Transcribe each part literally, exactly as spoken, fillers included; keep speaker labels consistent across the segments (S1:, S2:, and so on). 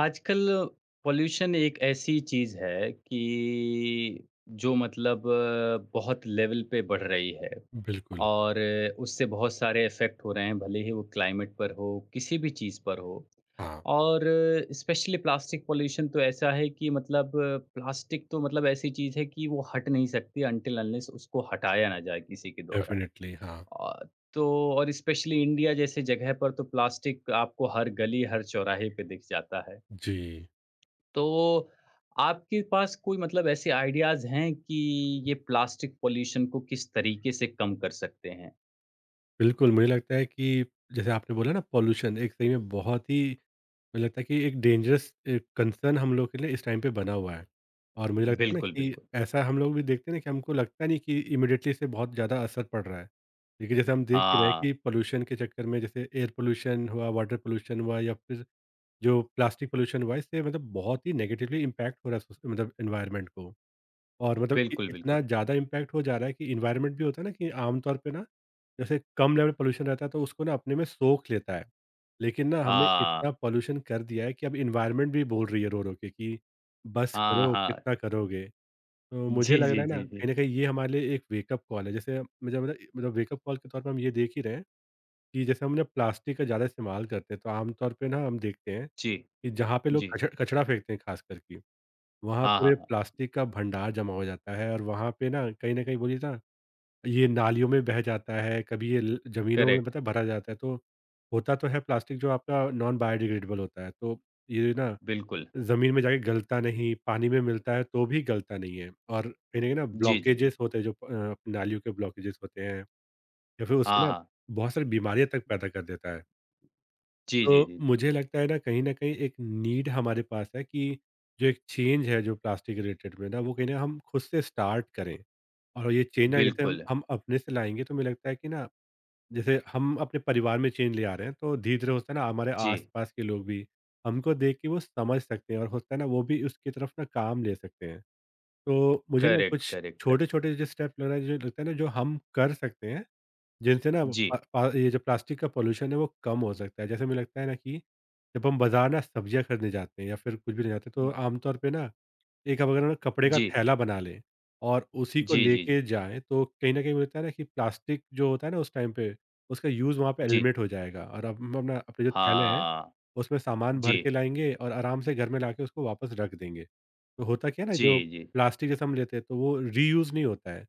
S1: आजकल पॉल्यूशन एक ऐसी चीज़ है कि जो मतलब अ, बहुत लेवल पे बढ़ रही है
S2: बिल्कुल।
S1: और अ, उससे बहुत सारे इफ़ेक्ट हो रहे हैं, भले ही वो क्लाइमेट पर हो, किसी भी चीज़ पर हो।
S2: हाँ।
S1: और स्पेशली प्लास्टिक पॉल्यूशन तो ऐसा है कि मतलब प्लास्टिक तो मतलब ऐसी चीज़ है कि वो हट नहीं सकती अनटिल अनलेस उसको हटाया ना जाए किसी के द्वारा।
S2: डेफ़िनिटली हाँ।
S1: अ, तो और स्पेशली इंडिया जैसे जगह पर तो प्लास्टिक आपको हर गली, हर चौराहे पे दिख जाता है।
S2: जी।
S1: तो आपके पास कोई मतलब ऐसे आइडियाज़ हैं कि ये प्लास्टिक पॉल्यूशन को किस तरीके से कम कर सकते हैं?
S2: बिल्कुल, मुझे लगता है कि जैसे आपने बोला ना, पॉल्यूशन एक सही में बहुत ही, मुझे लगता है कि एक डेंजरस ए, कंसर्न हम लोग के लिए इस टाइम पे बना हुआ है। और मुझे लगता है ना
S1: बिल्कुल,
S2: कि
S1: बिल्कुल।
S2: ऐसा हम लोग भी देखते हैं ना, कि हमको लगता नहीं कि इमीडिएटली इससे बहुत ज़्यादा असर पड़ रहा है। लेकिन जैसे हम देख ही रहे हैं
S1: हाँ,
S2: कि पॉल्यूशन के चक्कर में, जैसे एयर पॉल्यूशन हुआ, वाटर पॉल्यूशन हुआ, या फिर जो प्लास्टिक पॉल्यूशन हुआ, इससे मतलब बहुत ही नेगेटिवली इम्पैक्ट हो रहा है सोस मतलब एनवायरनमेंट को। और मतलब इ
S1: बिल्कुल,
S2: इतना
S1: बिल्कुल।
S2: ज़्यादा इम्पैक्ट हो जा रहा है कि एनवायरनमेंट भी होता है ना, कि आमतौर पे ना, जैसे कम लेवल पॉल्यूशन रहता है तो उसको ना अपने में सोख लेता है। लेकिन ना हमने
S1: हाँ,
S2: इतना पॉल्यूशन कर दिया है कि अब एनवायरनमेंट भी बोल रही है रो-रो के कि बस
S1: हाँ,
S2: करो,
S1: हाँ।
S2: कितना करोगे? तो मुझे
S1: जी,
S2: लग रहा
S1: जी,
S2: है ना,
S1: जी, जी।
S2: कहीं न कहीं ये हमारे लिए एक वेकअप कॉल है। जैसे मुझे मतलब मतलब वेकअप कॉल के तौर पे हम ये देख ही रहे हैं कि जैसे हम ना प्लास्टिक का ज़्यादा इस्तेमाल करते हैं, तो आमतौर पे ना हम देखते हैं
S1: जी,
S2: कि जहाँ पे लोग
S1: जी।
S2: कच कचरा फेंकते हैं खास करके। वहाँ
S1: हाँ, हाँ,
S2: पूरे
S1: हाँ।
S2: प्लास्टिक का भंडार जमा हो जाता है, और वहाँ पे ना कहीं न कहीं बोलिए ना, ये नालियों में बह जाता है, कभी ये ल ज़मीनों में
S1: करेक्ट,
S2: पता है भरा जाता है, तो होता तो है प्लास्टिक जो आपका नॉन बायोडिग्रेडेबल होता है, तो ये ना
S1: बिल्कुल।
S2: ज़मीन में जाके गलता नहीं, पानी में मिलता है तो भी गलता नहीं है, और कहीं न कहीं ना
S1: जी, जी, जी।
S2: ब्लॉकेजेस होते हैं, जो अ, नालियों के ब्लॉकेजेस होते हैं, या फिर उससे
S1: हाँ,
S2: ना
S1: हाँ।
S2: बहुत सारी बीमारियाँ तक पैदा कर देता है।
S1: जी, जी,
S2: तो
S1: जी, जी।
S2: मुझे लगता है ना, कहीं न कहीं एक नीड हमारे पास है कि जो एक चेंज है जो प्लास्टिक रिलेटेड में ना, वो कहीं न हम खुद से स्टार्ट करें। और ये चेंज ना जैसे हम
S1: बिल्कुल।
S2: हम अपने से लाएँगे, तो मुझे लगता है कि ना जैसे हम अपने परिवार में चेंज ले आ रहे हैं, तो धीरे-धीरे होता है ना, हमारे
S1: जी,
S2: आस-पास के लोग भी हमको देख के वो समझ सकते हैं, और होता है ना, वो भी उसकी तरफ ना काम ले सकते हैं। तो मुझे ना
S1: करेक्ट,
S2: कुछ
S1: करेक्ट, करेक्ट।
S2: छोटे-छोटे जो स्टेप लग रहा है, जो लगता है ना, जो हम कर सकते हैं जिनसे ना, अ
S1: जी,
S2: अ, ये जो प्लास्टिक का पॉल्यूशन है वो कम हो सकता है। जैसे मुझे लगता है ना कि जब हम बाज़ार ना सब्जियाँ खरीदने जाते हैं या फिर कुछ भी लेने जाते हैं, तो आमतौर पे ना एक, अब अगर ना कपड़े का
S1: जी,
S2: थैला बना लें और उसी को
S1: जी, जी, जी।
S2: लेके जाएँ, तो कहीं न कहीं होता है ना कि प्लास्टिक जो होता है ना उस टाइम पे, उसका यूज़ वहाँ पे
S1: जी,
S2: एलिमिनेट हो जाएगा, और अब हम अपना अपने जो थैले हैं,
S1: हाँ।
S2: उसमें सामान भर के
S1: जी,
S2: लाएँगे और आराम से घर में लाके उसको वापस रख देंगे। तो होता क्या है ना,
S1: जी,
S2: जो
S1: जी।
S2: प्लास्टिक जैसे हम लेते हैं, तो वो रीयूज़ नहीं होता है।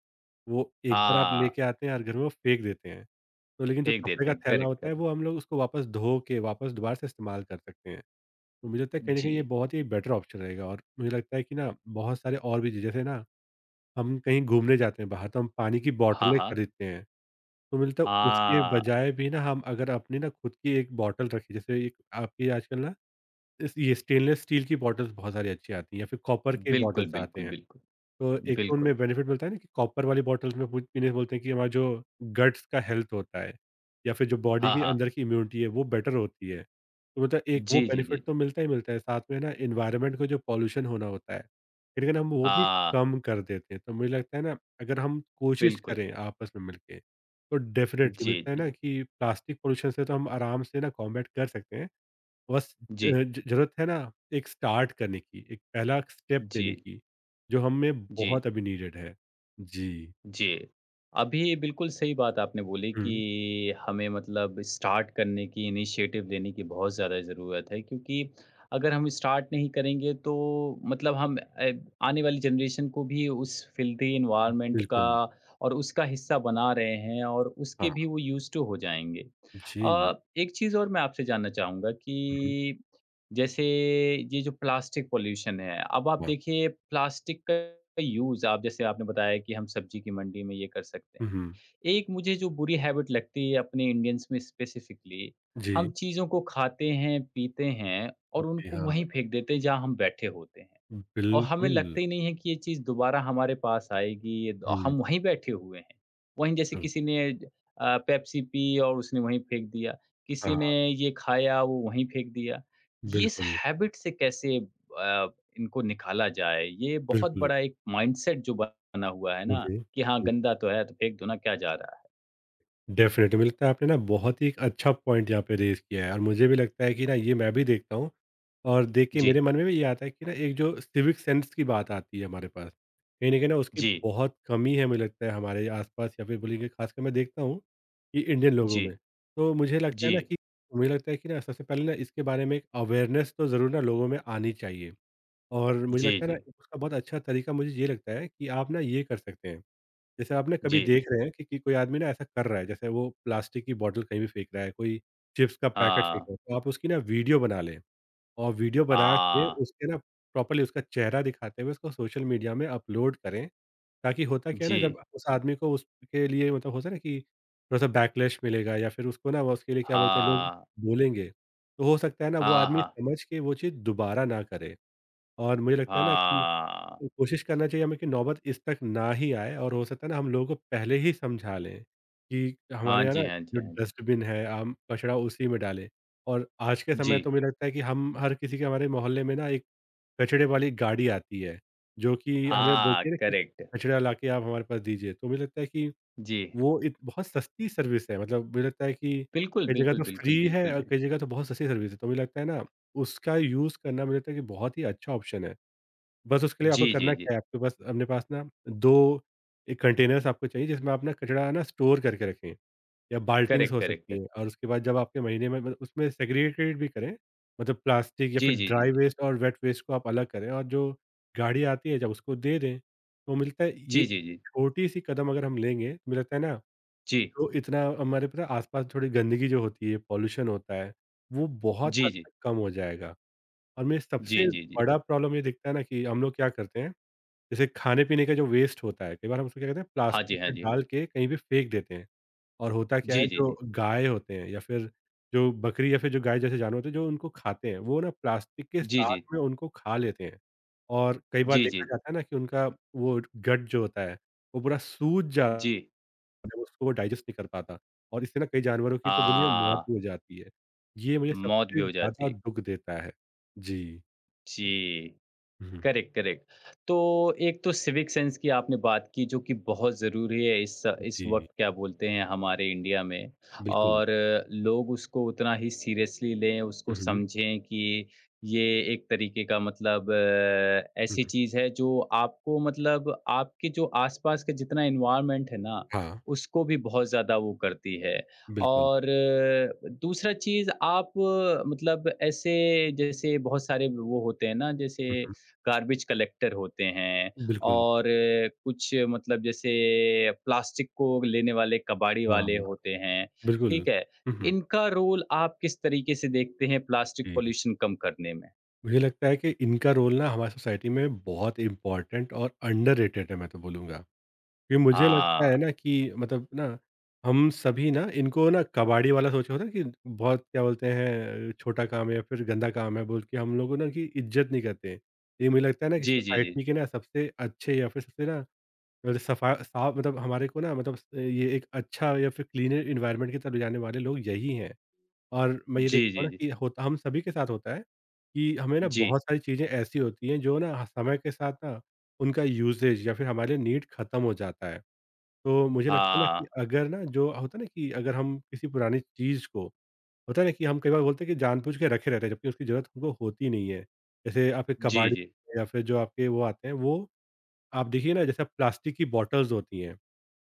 S2: वो एक बार आप
S1: हाँ।
S2: लेके आते हैं और घर में वो फेंक देते हैं। तो लेकिन जो
S1: फेंक
S2: कपड़े
S1: देते
S2: का
S1: हैं,
S2: थैला
S1: करेक्ट,
S2: होता है,
S1: करेक्ट।
S2: वो हम लोग उसको वापस धो के वापस दोबारा से इस्तेमाल कर सकते हैं। तो मुझे लगता है कहीं न
S1: जी।
S2: कहीं ये बहुत ही बेटर ऑप्शन रहेगा, और मुझे लगता है कि ना बहुत सारे और भी, जैसे ना हम कहीं घूमने जाते हैं बाहर, तो हम पानी की
S1: हाँ,
S2: बॉटलें
S1: हाँ।
S2: खरीदते हैं। तो मुझे लगता है उसके
S1: हाँ,
S2: बजाय भी ना, हम अगर अपनी ना खुद की एक बॉटल रखें, जैसे एक, आपकी आजकल ना इस ये स्टेनलेस स्टील की बॉटल्स बहुत सारी अच्छी आती हैं, या फिर कॉपर के
S1: बिल्कुल,
S2: बॉटल्स आते
S1: बिल्कुल,
S2: हैं।
S1: बिल्कुल।
S2: तो एक तो उनमें
S1: बिल्कुल।
S2: बेनिफिट मिलता है ना, कि कॉपर वाली बॉटल्स में पू पीने से बोलते हैं कि हमारा जो गट्स का हेल्थ होता है, या फिर जो बॉडी
S1: हाँ,
S2: के
S1: हाँ।
S2: अंदर की इम्यूनिटी है वो बेटर होती है। तो मतलब एक वो
S1: जी, जी,
S2: बेनिफिट
S1: जी।
S2: तो मिलता ही मिलता है, साथ में ना एनवायरनमेंट को जो पॉल्यूशन होना होता है, कहीं न कहीं हम वो भी
S1: हाँ,
S2: कम कर देते हैं। तो मुझे लगता है ना, अगर हम कोशिश
S1: बिल्कुल।
S2: करें आपस में मिलके, तो डेफ़िनेटली
S1: जी,
S2: मिलता है
S1: जी,
S2: ना
S1: जी।
S2: कि प्लास्टिक पॉल्यूशन से तो हम आराम से ना कॉम्बैट कर सकते हैं। बस
S1: जी,
S2: अ, ज ज़रूरत है ना एक स्टार्ट करने की, एक पहला स्टेप
S1: जी,
S2: लेने की, जो हम में
S1: जी।
S2: बहुत अभी नीडेड है। जी।
S1: जी। अभी बिल्कुल सही बात आपने बोली कि
S2: हुँ।
S1: हमें मतलब स्टार्ट करने की, इनिशिएटिव लेने की बहुत ज़्यादा ज़रूरत है क्योंकि अगर हम स्टार्ट नहीं करेंगे तो मतलब हम अ, आने वाली जनरेशन को भी उस फ़िल्दी एनवायरनमेंट का
S2: बिल्कुल।
S1: और उसका हिस्सा बना रहे हैं और उसके
S2: हाँ।
S1: भी वो यूज़ टू हो जाएँगे।
S2: जी।
S1: अ, एक चीज़ और मैं आपसे जानना चाहूँगा
S2: हुँ।
S1: कि जैसे ये जो प्लास्टिक पॉल्यूशन है, अब आप
S2: वाह!
S1: देखिए प्लास्टिक का यूज़ आप जैसे आपने बताया कि हम सब्जी की मंडी में ये कर सकते
S2: हुँ,
S1: हैं।
S2: हुँ।
S1: एक मुझे जो बुरी हैबिट लगती है अपने इंडियंस में स्पेसिफिकली, हम
S2: जी।
S1: चीज़ों को खाते हैं, पीते हैं और
S2: ओके,
S1: उनको
S2: हाँ।
S1: वहीं फेंक देते हैं जहाँ हम बैठे होते हैं। और हमें
S2: बिल्कुल।
S1: लगता ही नहीं है कि ये चीज़ दोबारा हमारे पास आएगी, ये द
S2: हुँ।
S1: हम वहीं बैठे हुए हैं। वहीं जैसे
S2: बिल्कुल।
S1: किसी ने अ, पेप्सी पी और उसने वहीं फेंक दिया, किसी ने
S2: हाँ,
S1: ये खाया, वो वहीं फेंक दिया। ये इस
S2: बिल्कुल,
S1: हैबिट से कैसे अ, इनको निकाला जाए? ये बहुत
S2: बिल्कुल।
S1: बड़ा एक माइंडसेट जो बना हुआ है
S2: हुँ,
S1: ना कि हाँ,
S2: हुँ।
S1: गंदा तो है, तो फेंक दो ना, क्या जा रहा है?
S2: डेफ़िनेटली, मुझे लगता है आपने ना बहुत ही एक अच्छा पॉइंट यहाँ पे रेज़ किया है, और मुझे भी लगता है कि ना ये मैं भी देखता हूँ, और देख के मेरे
S1: जी,
S2: मन में भी ये आता है कि ना, एक जो सिविक सेंस की बात आती है हमारे पास, कहीं न कहीं ना उसकी
S1: जी,
S2: बहुत कमी है, मुझे लगता है हमारे आस-पास, या फिर बोलेंगे ख़ासकर मैं देखता हूँ कि इंडियन लोगों
S1: जी,
S2: में। तो मुझे लगता
S1: जी,
S2: है ना कि, मुझे लगता है कि ना सबसे पहले ना इसके बारे में एक अवेयरनेस तो ज़रूर ना लोगों में आनी चाहिए। और मुझे
S1: जी,
S2: लगता है ना
S1: जी,
S2: एक उसका बहुत अच्छा तरीका, मुझे ये लगता है कि आप ना ये कर सकते हैं, जैसे आपने कभी
S1: जी।
S2: देख रहे हैं कि, कि, कोई आदमी ना ऐसा कर रहा है, जैसे वो प्लास्टिक की बॉटल कहीं भी फेंक रहा है, कोई चिप्स का पैकेट फेंक
S1: हाँ,
S2: रहा है, तो आप उसकी ना वीडियो बना लें, और वीडियो बना के
S1: हाँ,
S2: उसके ना प्रॉपर्ली उसका चेहरा दिखाते हुए उसको सोशल मीडिया में अपलोड करें, ताकि होता क्या है
S1: जी,
S2: ना, जब उस आदमी को उसके लिए मतलब होता है ना कि थोड़ा-सा बैकलैश मिलेगा, या फिर उसको ना वो उसके लिए क्या बोलते हैं लोग
S1: हाँ,
S2: बोलेंगे, तो हो सकता है ना वो
S1: हाँ,
S2: आदमी
S1: हाँ।
S2: समझ के वो चीज़ दोबारा ना करे। और मुझे लगता है ना कि,
S1: हाँ।
S2: तो कोशिश करना चाहिए हमें कि नौबत इस तक ना ही आए, और हो सकता है ना हम लोगों को पहले ही समझा लें कि
S1: हाँ
S2: हमारे यहाँ ना
S1: जी, हाँ जी,
S2: जो
S1: हाँ जी।
S2: डस्टबिन है, हम कचरा उसी में डालें। और आज के समय
S1: जी।
S2: तो मुझे लगता है कि हम हर किसी के हमारे मोहल्ले में ना एक कचड़े वाली गाड़ी आती है, जो कि हमें
S1: हाँ,
S2: बोलती है ना कि
S1: करेक्ट।
S2: कचरा ला के आप हमारे पास दीजिए। तो मुझे लगता है कि
S1: जी।
S2: वो इत बहुत सस्ती सर्विस है, मतलब मुझे लगता है कि
S1: बिल्कुल,
S2: कई जगह
S1: बिल्कुल,
S2: तो फ्री
S1: बिल्कुल,
S2: है,
S1: बिल्कुल,
S2: और
S1: बिल
S2: कई जगह तो बहुत सस्ती सर्विस है। तो मुझे लगता है ना उसका यूज़ करना, मुझे लगता है कि बहुत ही अच्छा ऑप्शन है। बस उसके लिए आपको
S1: जी, जी,
S2: करना क्या
S1: जी।
S2: है, आपके पास अपने पास ना दो एक कंटेनर्स आपको चाहिए, जिसमें आप ना कचरा ना स्टोर करके रखें, या बाल्टिंग्स
S1: करेक्ट,
S2: हो
S1: करेक्ट,
S2: सकती
S1: करेक्ट।
S2: हैं। और उसके बाद जब आपके महीने में मतलब उसमें सेग्रीगेटेड भी करें, मतलब प्लास्टिक या फिर
S1: जी, जी, जी,
S2: ड्राई
S1: जी।
S2: वेस्ट और वेट वेस्ट को आप अलग करें, और जो गाड़ी आती है जब उसको दे दें, तो मिलता है, ये
S1: जी, जी, जी।
S2: छोटी-सी कदम अगर हम लेंगे, तो मुझे लगता है ना,
S1: जी।
S2: जो इतना हमारे पता है आस-पास थोड़ी गंदगी जो होती है, पॉल्यूशन होता है, वो बहुत हद
S1: जी, जी।
S2: तक कम हो जाएगा। और मेरे सबसे
S1: जी, जी, जी।
S2: बड़ा प्रॉब्लम ये दिखता है ना कि हम लोग क्या करते हैं, जैसे खाने-पीने का जो वेस्ट होता है, कई बार हम उसको क्या कहते हैं,
S1: हाँ जी,
S2: प्लास्टिक
S1: हाँ
S2: में
S1: जी।
S2: डाल के कहीं भी फेंक देते हैं। और होता क्या है,
S1: जी, जी,
S2: जो
S1: जी।
S2: गाय होते हैं या फिर जो बकरी या फिर जो गाय जैसे जानवर होते हैं, जो उनको खाते हैं, वो ना प्लास्टिक के
S1: जी,
S2: साथ
S1: जी।
S2: में उनको खा लेते हैं। और कई बार
S1: जी,
S2: देखा
S1: जी।
S2: जाता है ना कि उनका वो गट जो होता है, वो पूरा सूज जाता
S1: जी।
S2: है, उसको वो डाइजेस्ट नहीं कर पाता, और इससे ना कई जानवरों की तो बोलिए मौत
S1: हाँ,
S2: भी हो जाती है। ये मुझे
S1: मौत
S2: सबसे
S1: भी हो जाती
S2: ज़्यादा
S1: है।
S2: दुःख देता है। जी।
S1: जी।
S2: हुँ, हुँ।
S1: Correct, correct. तो एक तो सिविक सेंस की आपने बात की जो कि बहुत ज़रूरी है इस इस
S2: जी,
S1: वक़्त क्या बोलते हैं हमारे इंडिया में
S2: बिल्कुल।
S1: और अ, लोग उसको उतना ही सीरियसली लें,
S2: हुँ,
S1: उसको
S2: हुँ।
S1: समझें कि ये एक तरीके का मतलब अ,
S2: हुँ,
S1: ऐसी
S2: हुँ।
S1: चीज़ है जो आपको मतलब आपके जो आस-पास का जितना एनवायरनमेंट है ना,
S2: हाँ।
S1: उसको भी बहुत ज़्यादा वो करती है।
S2: बिल्कुल।
S1: और अ, दूसरा चीज़ आप अ, मतलब ऐसे जैसे बहुत सारे वो होते हैं ना
S2: हुँ,
S1: जैसे
S2: हुँ।
S1: गार्बेज कलेक्टर होते हैं
S2: बिल्कुल।
S1: और अ, कुछ मतलब जैसे प्लास्टिक को लेने वाले कबाड़ी
S2: हाँ,
S1: वाले होते हैं,
S2: बिल्कुल।
S1: ठीक है?
S2: हुँ, हुँ।
S1: इनका रोल आप किस तरीके से देखते हैं प्लास्टिक
S2: जी,
S1: पॉल्यूशन कम करने में?
S2: मुझे लगता है कि इनका रोल ना हमारी सोसाइटी में बहुत इम्पोर्टेंट और अंडररेटेड है, मैं तो बोलूँगा। क्योंकि मुझे लगता है
S1: हाँ।
S2: ना कि मतलब ना, हम सभी ना इनको ना कबाड़ी वाला सोचा होता है कि बहुत क्या बोलते हैं, छोटा काम है या फिर गंदा काम है बोल के, हम लोगों ना कि इज़्ज़त नहीं करते हैं। ये मुझे लगता है ना कि
S1: जी, जी, जी।
S2: सोसाइटी के ना सबसे अच्छे, या फिर सबसे ना, मतलब सफा साफ मतलब हमारे को ना मतलब ये एक अच्छा, या फिर क्लीनर एनवायरनमेंट की तरफ ले जाने वाले लोग यही हैं। और मैं ये
S1: जी,
S2: देखता हूँ
S1: जी,
S2: ना
S1: जी।
S2: कि होता हम सभी के साथ होता है, कि हमें ना
S1: जी।
S2: बहुत सारी चीज़ें ऐसी होती हैं जो ना समय के साथ ना उनका यूसेज या फिर हमारे लिए नीड ख़त्म हो जाता है। तो मुझे लगता है ना कि
S1: हाँ।
S2: अगर ना जो होता है ना कि अगर हम किसी पुरानी चीज़ को होता है ना कि हम कई बार बोलते हैं कि जानबूझ के रखे रहते हैं, जबकि उसकी ज़रूरत हमको होती नहीं है। जैसे आपके
S1: जी,
S2: कबाड़ी
S1: जी।
S2: या फिर जो आपके वो आते हैं, वो आप देखिए ना, जैसे प्लास्टिक की बॉटल्स होती हैं।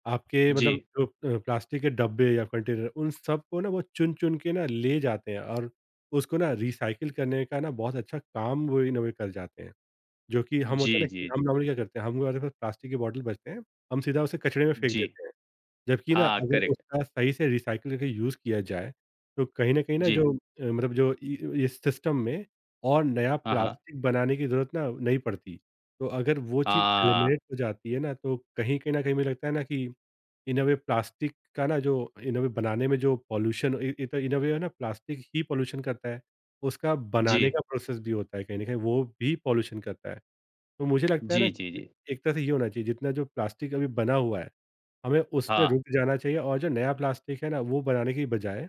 S2: आपके
S1: जी।
S2: मतलब जो अ, प्लास्टिक के डब्बे या कंटेनर, उन सबको ना वो चुन-चुन के ना ले जाते हैं और उसको ना रिसाइकिल करने का ना बहुत अच्छा काम वो इन्होवेट कर जाते हैं। जो कि हम
S1: जी,
S2: होता है ना कि
S1: जी,
S2: हम
S1: जी।
S2: नॉर्मली क्या करते हैं, हम हमारे पास प्लास्टिक के बॉटल बचते हैं, हम सीधा उसे कचरे में फेंक
S1: जी।
S2: देते हैं। जबकि ना
S1: हाँ,
S2: अगर
S1: करेक्ट।
S2: उसका सही से रिसाइकिल करके यूज़ किया जाए, तो कहीं न कहीं ना
S1: जी।
S2: जो अ, मतलब जो इ इस सिस्टम में और नया
S1: हाँ, हाँ।
S2: प्लास्टिक बनाने की ज़रूरत ना नहीं पड़ती। तो अगर वो चीज़
S1: हाँ।
S2: एलिमिनेट हो जाती है ना, तो कहीं कहीं न कहीं मुझे लगता है ना कि इन अ वे प्लास्टिक का ना जो इन अ वे बनाने में जो पॉल्यूशन इ इत इन अ वे है ना, प्लास्टिक ही पॉल्यूशन करता है, उसका
S1: जी।
S2: बनाने का प्रोसेस भी होता है, कहीं न कहीं वो भी पॉल्यूशन करता है। तो मुझे लगता है ना
S1: जी, जी,
S2: कि
S1: जी।
S2: एक तरह से ये होना चाहिए, जितना जो प्लास्टिक अभी बना हुआ है, हमें उस पे
S1: हाँ।
S2: रुक जाना चाहिए और जो नया प्लास्टिक है ना, वो बनाने की बजाय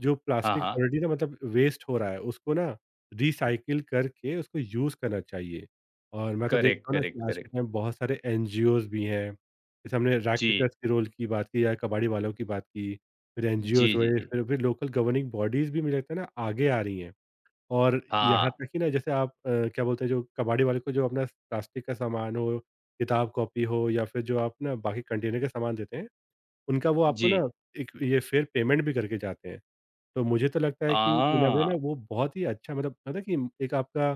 S2: जो
S1: हाँ,
S2: प्लास्टिक
S1: हाँ।
S2: ऑलरेडी ना मतलब वेस्ट हो रहा है, उसको ना रिसाइकिल करके उसको यूज़ करना चाहिए। और मैं तो
S1: करेक्ट,
S2: देखता हूँ ना कि
S1: करेक्ट,
S2: आज के
S1: करेक्ट।
S2: टाइम बहुत सारे एनजीओज़ भी हैं, जैसे हमने रैग
S1: जी।
S2: पिकर्स के रोल की बात की या कबाड़ी वालों की बात की, फिर एनजीओज़
S1: जी, जी,
S2: हुए,
S1: जी।
S2: फिर फिर लोकल गवर्निंग बॉडीज़ भी मुझे लगता है ना आगे आ रही हैं। और यहाँ
S1: हाँ।
S2: तक कि ना जैसे आप अ, क्या बोलते हैं, जो कबाड़ी वाले को जो अपना प्लास्टिक का सामान हो, किताब कॉपी हो या फिर जो आप ना बाकी कंटेनर के सामान देते हैं, उनका वो आपको
S1: जी।
S2: ना एक ये फ़ेयर पेमेंट भी करके जाते हैं। तो मुझे तो लगता है कि इन अ वे
S1: अ,
S2: ना वो बहुत ही अच्छा, मतलब पता है कि एक आपका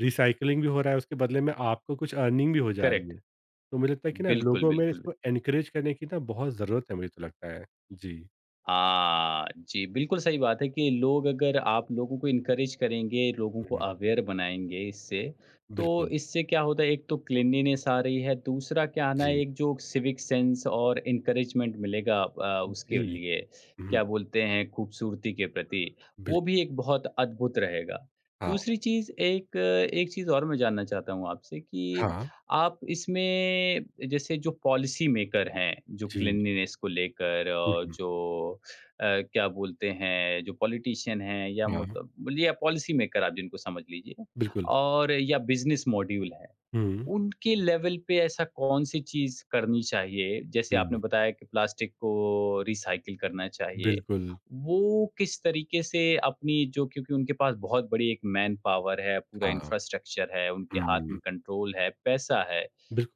S2: रिसाइक्लिंग भी हो रहा है, उसके बदले में आपको कुछ अर्निंग भी हो जा रही
S1: करेक्ट।
S2: है। तो मुझे लगता है कि ना
S1: बिल्कुल,
S2: लोगों में
S1: बिल्कुल,
S2: इसको एनकरेज करने की ना बहुत ज़रूरत है, मुझे तो लगता है। जी।
S1: हाँ, जी, बिल्कुल सही बात है कि लोग अगर आप लोगों को एनकरेज करेंगे, लोगों को
S2: हुँ,
S1: अवेयर बनाएँगे इससे, तो
S2: बिल्कुल।
S1: इससे क्या होता है एक तो क्लीनलीनेस आ रही है, दूसरा क्या आना है
S2: जी।
S1: ना एक जो सिविक सेंस और एनकरेजमेंट मिलेगा अ,
S2: जी।
S1: उसके लिए
S2: हुँ,
S1: क्या बोलते हैं खूबसूरती के प्रति, वो
S2: बिल्कुल।
S1: भी एक बहुत अद्भुत रहेगा।
S2: हाँ,
S1: दूसरी चीज़ एक एक चीज़ और मैं जानना चाहता हूँ आपसे कि
S2: हाँ।
S1: आप इसमें जैसे जो पॉलिसी मेकर हैं, जो
S2: जी।
S1: क्लीनलीनेस को लेकर
S2: हुँ,
S1: और
S2: हुँ।
S1: जो अ, क्या बोलते हैं, जो पॉलिटिशियन हैं या
S2: हाँ,
S1: मतलब बोलिए या पॉलिसी मेकर आप जिनको समझ लीजिए
S2: बिल्कुल।
S1: और या बिज़नेस मॉड्यूल है,
S2: हुँ,
S1: उनके लेवल पे ऐसा कौन-सी चीज़ करनी चाहिए? जैसे आपने
S2: जी।
S1: बताया कि प्लास्टिक को रिसाइकिल करना चाहिए,
S2: बिल्कुल।
S1: वो किस तरीके से अपनी जो क्योंकि उनके पास बहुत बड़ी एक मैन पावर है, पूरा
S2: हाँ।
S1: इंफ्रास्ट्रक्चर है, उनके हाथ
S2: हुँ,
S1: में कंट्रोल है, पैसा है,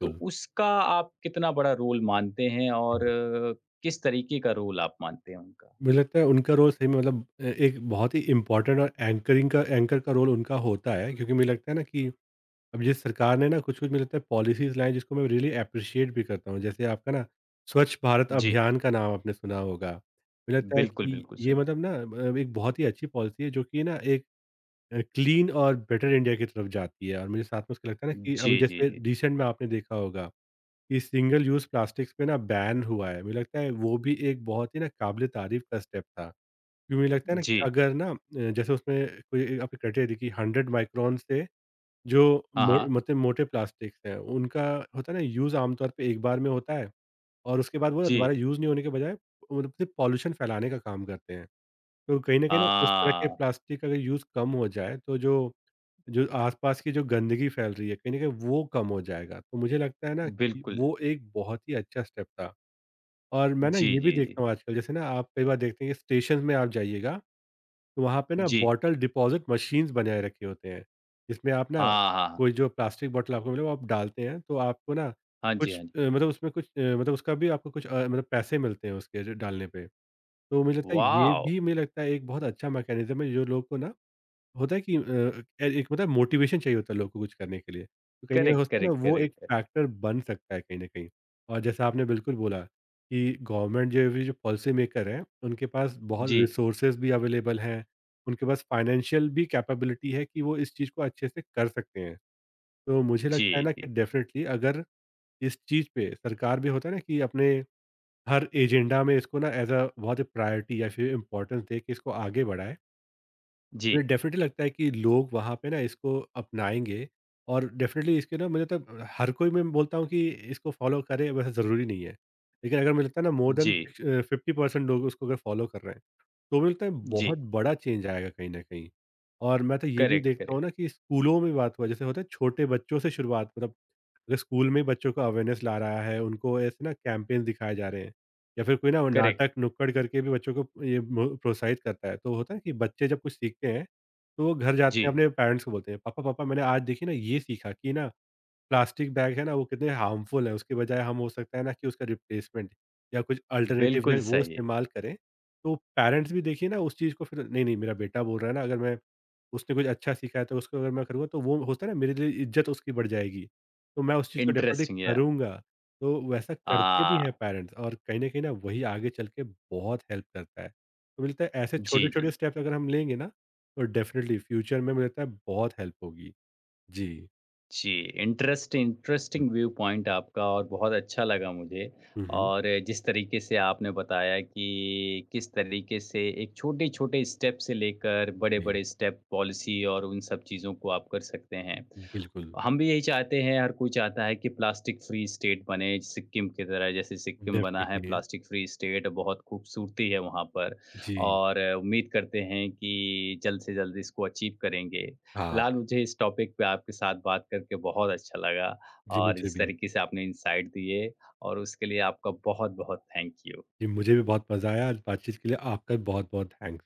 S1: तो उसका आप कितना बड़ा रोल मानते हैं और अ, किस तरीके का रोल आप मानते हैं उनका?
S2: मुझे लगता है उनका रोल सही में मतलब अ, एक बहुत ही इम्पोर्टेंट और एंकरिंग का एंकर का रोल उनका होता है, क्योंकि मुझे लगता है ना कि अब जिस सरकार ने ना कुछ कुछ मुझे लगता है पॉलिसीज़ लाए हैं, जिसको मैं रियली एप्रिशिएट भी करता हूँ। जैसे आपका ना स्वच्छ भारत
S1: जी,
S2: अभियान का नाम आपने सुना होगा। मुझे लगता है
S1: बिल्कुल,
S2: कि
S1: बिल्कुल
S2: ये
S1: सुना है।
S2: मतलब ना अ, एक बहुत ही अच्छी पॉलिसी है, जो कि ना एक अ, क्लीन और बेटर इंडिया की तरफ जाती है, और मुझे साथ में उसका लगता है ना कि अभी
S1: जी, जी,
S2: जैसे
S1: जी।
S2: रिसेंट में आपने देखा होगा कि सिंगल यूज़ प्लास्टिक्स पे ना बैन हुआ है। मुझे लगता है वो भी एक बहुत ही ना काबिल-ए-तारीफ़ का स्टेप था। भी मुझे लगता है ना कि
S1: जी,
S2: अगर ना अ, जैसे उसमें कोई आपने क्राइटेरिया दी कि हंड्रेड माइक्रोन से जो
S1: हाँ,
S2: मो
S1: हाँ।
S2: मतलब मोटे प्लास्टिक्स हैं, उनका होता है ना यूज़ आमतौर पे एक बार में होता है और उसके बाद वो दोबारा
S1: जी,
S2: यूज़ नहीं होने के बजाय मतलब सिर्फ पॉल्यूशन फैलाने का काम करते हैं। तो कहीं न कहीं ना इस तरह के
S1: हाँ,
S2: प्लास्टिक अगर यूज़ कम हो जाए, तो जो जो आसपास की जो गंदगी फैल रही है, कहीं न कहीं वो कम हो जाएगा। तो मुझे लगता है ना कि
S1: बिल्कुल।
S2: वो एक बहुत ही अच्छा स्टेप था और मैं ना
S1: जी,
S2: ये भी
S1: जी,
S2: देखता
S1: जी।
S2: हूँ आजकल, जैसे ना आप कई बार देखते हैं कि स्टेशंस में आप जाइएगा, तो वहाँ पे ना
S1: जी,
S2: बॉटल डिपॉज़िट मशीन्स बनाए रखे होते हैं, जिसमें आप ना
S1: हाँ, हाँ, हाँ।
S2: कोई जो प्लास्टिक बॉटल आपको मिले वो आप डालते हैं, तो आपको ना
S1: हाँ जी,
S2: कुछ
S1: हाँ जी।
S2: अ, मतलब उसमें कुछ अ, मतलब उसका भी आपको कुछ अ, मतलब पैसे मिलते हैं उसके जो डालने पे। तो मुझे लगता है ये
S1: वॉव!
S2: भी मुझे लगता है एक बहुत अच्छा मैकेनिज़्म है, जो लोग को ना होता है कि अ, एक होता है मोटिवेशन चाहिए होता है लोगों को कुछ करने के लिए। तो कहीं न कहीं
S1: करेक्ट,
S2: होता है
S1: करेक्ट,
S2: ना वो एक
S1: करेक्ट।
S2: फैक्टर बन सकता है कहीं न कहीं। और जैसा आपने बिल्कुल बोला कि गवर्नमेंट जो अभी जो पॉलिसी मेकर हैं, उनके पास बहुत
S1: जी,
S2: रिसोर्सेज़ भी अवेलेबल हैं। उनके पास फाइनेंशियल भी कैपेबिलिटी है कि वो इस चीज़ को अच्छे से कर सकते हैं। तो मुझे
S1: जी,
S2: लगता है ना कि
S1: जी।
S2: डेफ़िनिटली अगर इस चीज़ पे सरकार भी होता है ना कि अपने हर एजेंडा में इसको ना एज़ अ बहुत प्रायोरिटी या फिर इम्पोर्टेंस दे के इसको आगे बढ़ाए।
S1: जी,
S2: मुझे डेफ़िनेटली लगता है कि लोग वहाँ पे ना इसको अपनाएँगे और डेफ़िनेटली इसके ना मुझे तब हर कोई मैं बोलता हूँ कि इसको फ़ॉलो करे, वैसा ज़रूरी नहीं है। लेकिन अगर मुझे लगता है ना मोर देन
S1: जी,
S2: फिक्स अ, फ़िफ़्टी परसेंट लोग उसको अगर फ़ॉलो कर रहे हैं, तो मुझे लगता है
S1: जी।
S2: बहुत बड़ा चेंज आएगा कहीं न कहीं। और मैं तो ये भी
S1: करेक्ट,
S2: देखता हूँ
S1: करेक्ट,
S2: ना कि स्कूलों में बात हुआ, जैसे होता है छोटे बच्चों से शुरुआत, मतलब अगर स्कूल में बच्चों को अवेयरनेस ला रहा है, उनको ऐसे ना कैंपेन दिखाए जा रहे हैं या फिर कोई ना वो
S1: करेक्ट।
S2: नाटक नुक्कड़ करके भी बच्चों को ये मो प्रोत्साहित करता है। तो होता है कि बच्चे जब कुछ सीखते हैं, तो वो घर जाते हैं,
S1: जी,
S2: अपने पेरेंट्स को बोलते हैं, "पापा, पापा, मैंने आज देखिए ना ये सीखा कि ना प्लास्टिक बैग है ना, वो कितने हार्मफुल हैं, उसके बजाय हम हो सकता है ना कि उसका रिप्लेसमेंट या कुछ अल्टरनेटिव
S1: बिल्कुल
S2: है, वो
S1: सही।
S2: इस्तेमाल करें। तो पेरेंट्स भी देखिए ना उस चीज़ को फिर, नहीं, नहीं, मेरा बेटा बोल रहा है ना, अगर मैं उसने कुछ अच्छा सीखा है, तो उसको अगर मैं करूँगा, तो वो होता है ना, मेरे लिए इज़्ज़त उसकी बढ़ जाएगी। तो मैं उस चीज़ को डेफ़िनिटली
S1: इंटरेस्टिंग, याह!
S2: करूँगा। तो वैसा करते भी हैं
S1: हाँ,
S2: पेरेंट्स और कहीं न कहीं ना वही आगे चल के बहुत हेल्प करता है। तो मिलता है ऐसे
S1: जी,
S2: छोटे-छोटे
S1: जी।
S2: स्टेप्स अगर हम लेंगे ना, तो डेफ़िनिटली फ्यूचर में मुझे लगता है बहुत हेल्प होगी। जी।
S1: जी, इंटरेस्ट इंटरेस्टिंग व्यू पॉइंट आपका और बहुत अच्छा लगा मुझे
S2: हुँ, हुँ, हुँ।
S1: और जिस तरीके से आपने बताया कि किस तरीके से एक छोटे-छोटे स्टेप से लेकर
S2: जी।
S1: बड़े-बड़े स्टेप पॉलिसी और उन सब चीज़ों को आप कर सकते हैं।
S2: बिल्कुल।
S1: हम भी यही चाहते हैं, हर कोई चाहता है कि प्लास्टिक फ्री स्टेट बने सिक्किम की तरह, जैसे सिक्किम बना है
S2: डेफ़िनिटली।
S1: प्लास्टिक फ्री स्टेट, बहुत खूबसूरती है वहाँ पर
S2: जी।
S1: और अ, उम्मीद करते हैं कि जल्द से जल्द इसको अचीव करेंगे।
S2: हाँ।
S1: फिलहाल मुझे इस टॉपिक पे आपके साथ बात करके बहुत अच्छा लगा
S2: जी,
S1: और
S2: मुझे
S1: जिस
S2: भी।
S1: तरीके से आपने इनसाइट दिए और उसके लिए आपका बहुत-बहुत थैंक यू।
S2: जी, मुझे भी बहुत मज़ा आया। आज बातचीत के लिए आपका बहुत-बहुत थैंक